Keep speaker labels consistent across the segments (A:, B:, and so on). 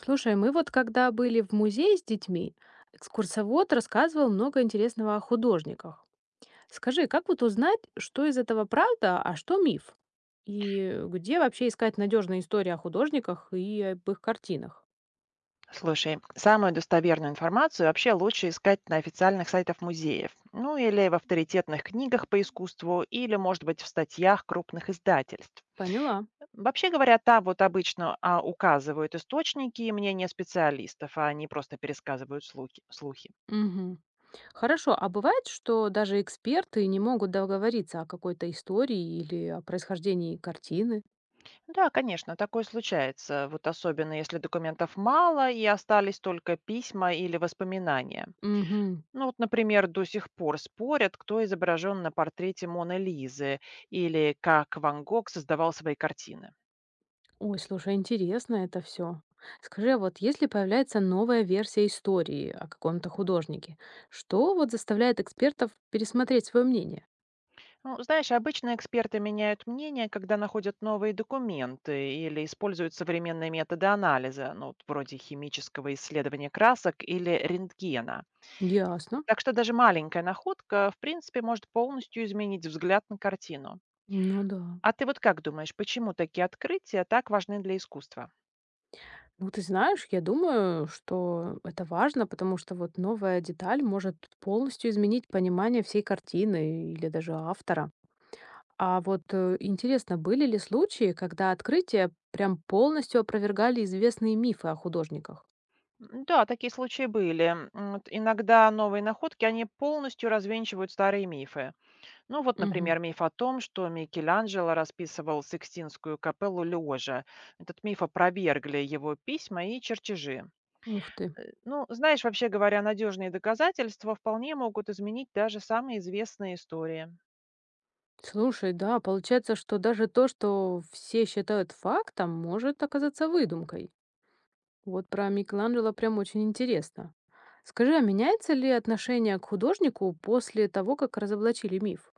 A: Слушай, мы вот когда были в музее с детьми, экскурсовод рассказывал много интересного о художниках. Скажи, как вот узнать, что из этого правда, а что миф? И где вообще искать надежные истории о художниках и об их картинах?
B: Слушай, самую достоверную информацию вообще лучше искать на официальных сайтах музеев, ну или в авторитетных книгах по искусству, или, может быть, в статьях крупных издательств.
A: Поняла.
B: Вообще говоря, там вот обычно указывают источники и мнения специалистов, а не просто пересказывают слухи.
A: Мгм. Хорошо, а бывает, что даже эксперты не могут договориться о какой-то истории или о происхождении картины?
B: Да, конечно, такое случается, вот особенно если документов мало и остались только письма или воспоминания.
A: Мгм.
B: Ну вот, например, до сих пор спорят, кто изображен на портрете Моны Лизы или как Ван Гог создавал свои картины.
A: Ой, слушай, интересно это все. Скажи, а вот если появляется новая версия истории о каком-то художнике, что вот заставляет экспертов пересмотреть свое мнение?
B: Ну, знаешь, обычно эксперты меняют мнение, когда находят новые документы или используют современные методы анализа, ну, вот вроде химического исследования красок или рентгена.
A: Ясно.
B: Так что даже маленькая находка, в принципе, может полностью изменить взгляд на картину.
A: Ну да.
B: А ты вот как думаешь, почему такие открытия так важны для искусства?
A: Ну, ты знаешь, я думаю, что это важно, потому что вот новая деталь может полностью изменить понимание всей картины или даже автора. А вот интересно, были ли случаи, когда открытия прям полностью опровергали известные мифы о художниках?
B: Да, такие случаи были. Вот иногда новые находки, они полностью развенчивают старые мифы. Ну вот,
A: Угу.
B: например, миф о том, что Микеланджело расписывал Сикстинскую капеллу лежа. Этот миф опровергли его письма и чертежи.
A: Ух ты.
B: Ну, знаешь, вообще говоря, надежные доказательства вполне могут изменить даже самые известные истории.
A: Слушай, да, получается, что даже то, что все считают фактом, может оказаться выдумкой. Вот про Микеланджело прям очень интересно. Скажи, а меняется ли отношение к художнику после того, как разоблачили миф?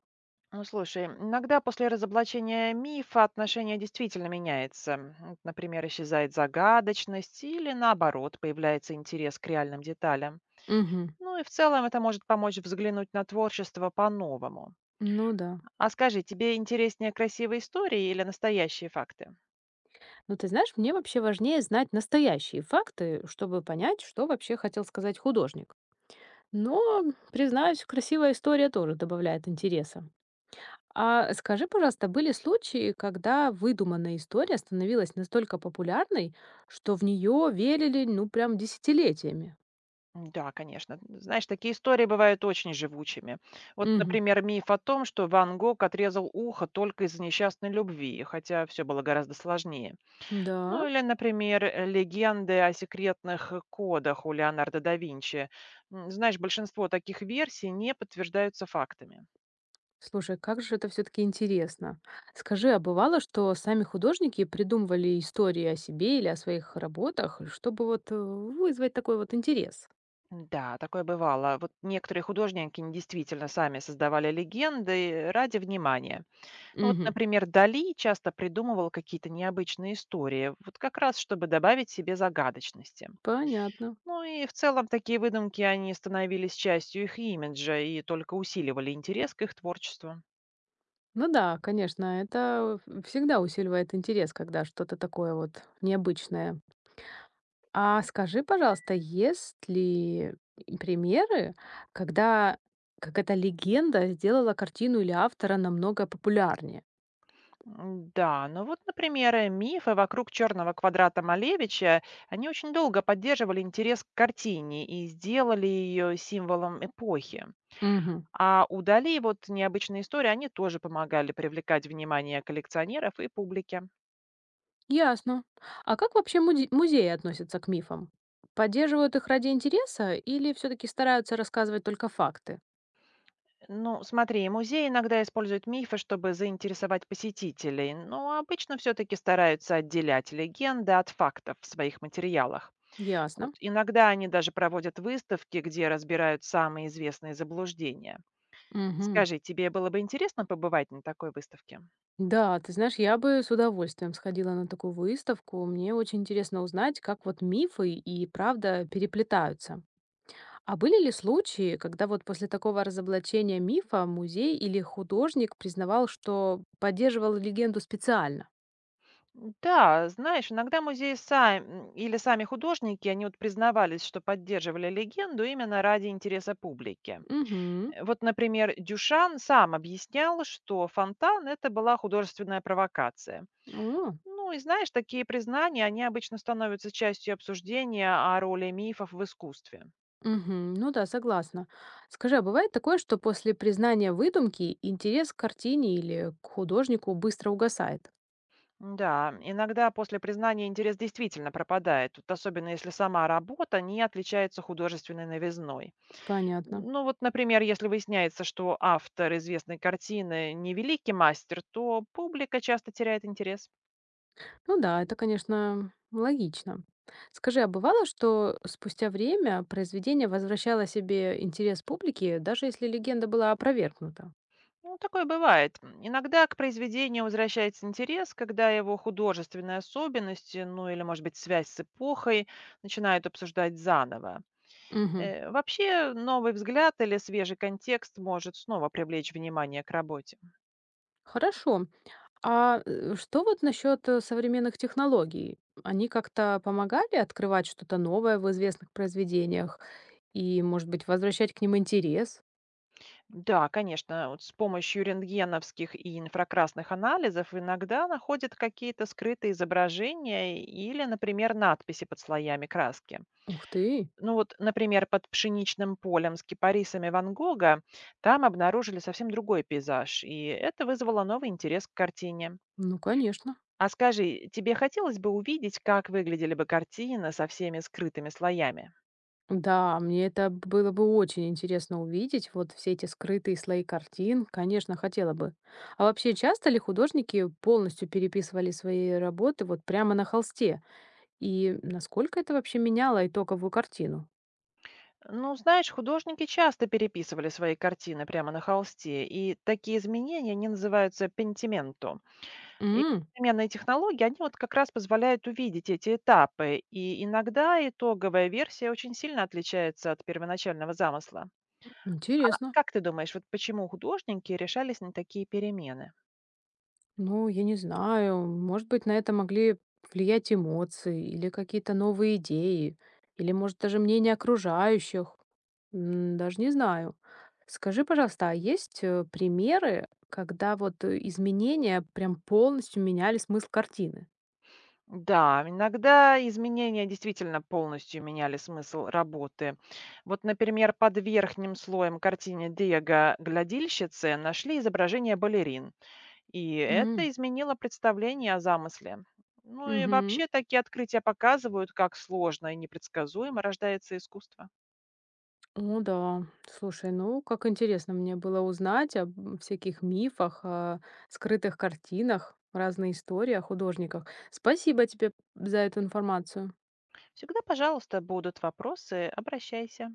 B: Ну, слушай, иногда после разоблачения мифа отношение действительно меняется. Например, исчезает загадочность или, наоборот, появляется интерес к реальным деталям.
A: Угу.
B: Ну и в целом это может помочь взглянуть на творчество по-новому.
A: Ну да.
B: А скажи, тебе интереснее красивые истории или настоящие факты?
A: Но ты знаешь, мне вообще важнее знать настоящие факты, чтобы понять, что вообще хотел сказать художник. Но, признаюсь, красивая история тоже добавляет интереса. А скажи, пожалуйста, были случаи, когда выдуманная история становилась настолько популярной, что в нее верили, ну, прям десятилетиями?
B: Да, конечно. Знаешь, такие истории бывают очень живучими. Вот,
A: Мгм.
B: например, миф о том, что Ван Гог отрезал ухо только из-за несчастной любви, хотя все было гораздо сложнее. Ну
A: Да.
B: или, например, легенды о секретных кодах у Леонардо да Винчи. Знаешь, большинство таких версий не подтверждаются фактами.
A: Слушай, как же это все-таки интересно. Скажи, а бывало, что сами художники придумывали истории о себе или о своих работах, чтобы вот вызвать такой вот интерес?
B: Да, такое бывало. Вот некоторые художники действительно сами создавали легенды ради внимания. Вот,
A: Мгм.
B: например, Дали часто придумывал какие-то необычные истории, вот как раз чтобы добавить себе загадочности.
A: Понятно.
B: Ну и в целом такие выдумки, они становились частью их имиджа и только усиливали интерес к их творчеству.
A: Ну да, конечно, это всегда усиливает интерес, когда что-то такое вот необычное. А скажи, пожалуйста, есть ли и примеры, когда какая-то легенда сделала картину или автора намного популярнее?
B: Да, ну вот, например, мифы вокруг черного квадрата Малевича, они очень долго поддерживали интерес к картине и сделали ее символом эпохи.
A: Мгм.
B: А удали вот необычные истории, они тоже помогали привлекать внимание коллекционеров и публики.
A: Ясно. А как вообще музеи относятся к мифам? Поддерживают их ради интереса или все-таки стараются рассказывать только факты?
B: Ну, смотри, музеи иногда используют мифы, чтобы заинтересовать посетителей, но обычно все-таки стараются отделять легенды от фактов в своих материалах. Вот
A: Ясно.
B: иногда они даже проводят выставки, где разбирают самые известные заблуждения.
A: Мгм.
B: Скажи, тебе было бы интересно побывать на такой выставке?
A: Да, ты знаешь, я бы с удовольствием сходила на такую выставку. Мне очень интересно узнать, как вот мифы и правда переплетаются. А были ли случаи, когда вот после такого разоблачения мифа музей или художник признавал, что поддерживал легенду специально?
B: Да, знаешь, иногда музеи сами или сами художники, они вот признавались, что поддерживали легенду именно ради интереса публики.
A: Угу.
B: Вот, например, Дюшан сам объяснял, что фонтан– это была художественная провокация.
A: О,
B: Ну и знаешь, такие признания, они обычно становятся частью обсуждения о роли мифов в искусстве.
A: мгм. Ну да, согласна. Скажи, а бывает такое, что после признания выдумки интерес к картине или к художнику быстро угасает?
B: Да, иногда после признания интерес действительно пропадает, тут особенно если сама работа не отличается художественной новизной.
A: Понятно.
B: Ну вот, например, если выясняется, что автор известной картины не великий мастер, то публика часто теряет интерес.
A: Ну да, это, конечно, логично. Скажи, а бывало, что спустя время произведение возвращало себе интерес публики, даже если легенда была опровергнута?
B: Ну, такое бывает. Иногда к произведению возвращается интерес, когда его художественные особенности, ну или, может быть, связь с эпохой, начинают обсуждать заново.
A: Угу.
B: Вообще, новый взгляд или свежий контекст может снова привлечь внимание к работе.
A: Хорошо. А, что вот насчет, современных технологий? Они как-то помогали открывать что-то новое в известных произведениях и, может быть, возвращать к ним интерес?
B: Да, конечно, вот с помощью рентгеновских и инфракрасных анализов иногда находят какие-то скрытые изображения или, например, надписи под слоями краски.
A: Ух ты!
B: Ну вот, например, под пшеничным полем с кипарисами Ван Гога там обнаружили совсем другой пейзаж, и это вызвало новый интерес к картине.
A: Ну, конечно.
B: А скажи, тебе хотелось бы увидеть, как выглядели бы картины со всеми скрытыми слоями?
A: Да, мне это было бы очень интересно увидеть, вот все эти скрытые слои картин, конечно, хотела бы. А вообще, часто ли художники полностью переписывали свои работы вот прямо на холсте? И насколько это вообще меняло итоговую картину?
B: Ну, знаешь, художники часто переписывали свои картины прямо на холсте, и такие изменения, они называются пентименто. И
A: М,
B: современные технологии, они вот как раз позволяют увидеть эти этапы, и иногда итоговая версия очень сильно отличается от первоначального замысла. А
A: интересно.
B: как ты думаешь, вот почему художники решались на такие перемены?
A: Ну, я не знаю, может быть, на это могли влиять эмоции или какие-то новые идеи, или, может, даже мнение окружающих. М, даже не знаю. Скажи, пожалуйста, а есть примеры, когда вот изменения прям полностью меняли смысл картины?
B: Да, иногда изменения действительно полностью меняли смысл работы. Вот, например, под верхним слоем картины Диего «Глядильщицы» нашли изображение балерин, и это
A: М,
B: изменило представление о замысле. Ну и
A: мгм.
B: вообще такие открытия показывают, как сложно и непредсказуемо рождается искусство.
A: Ну да, слушай, ну как интересно мне было узнать об всяких мифах, о скрытых картинах, разные истории о художниках. Спасибо тебе за эту информацию.
B: Всегда, пожалуйста, будут вопросы, обращайся.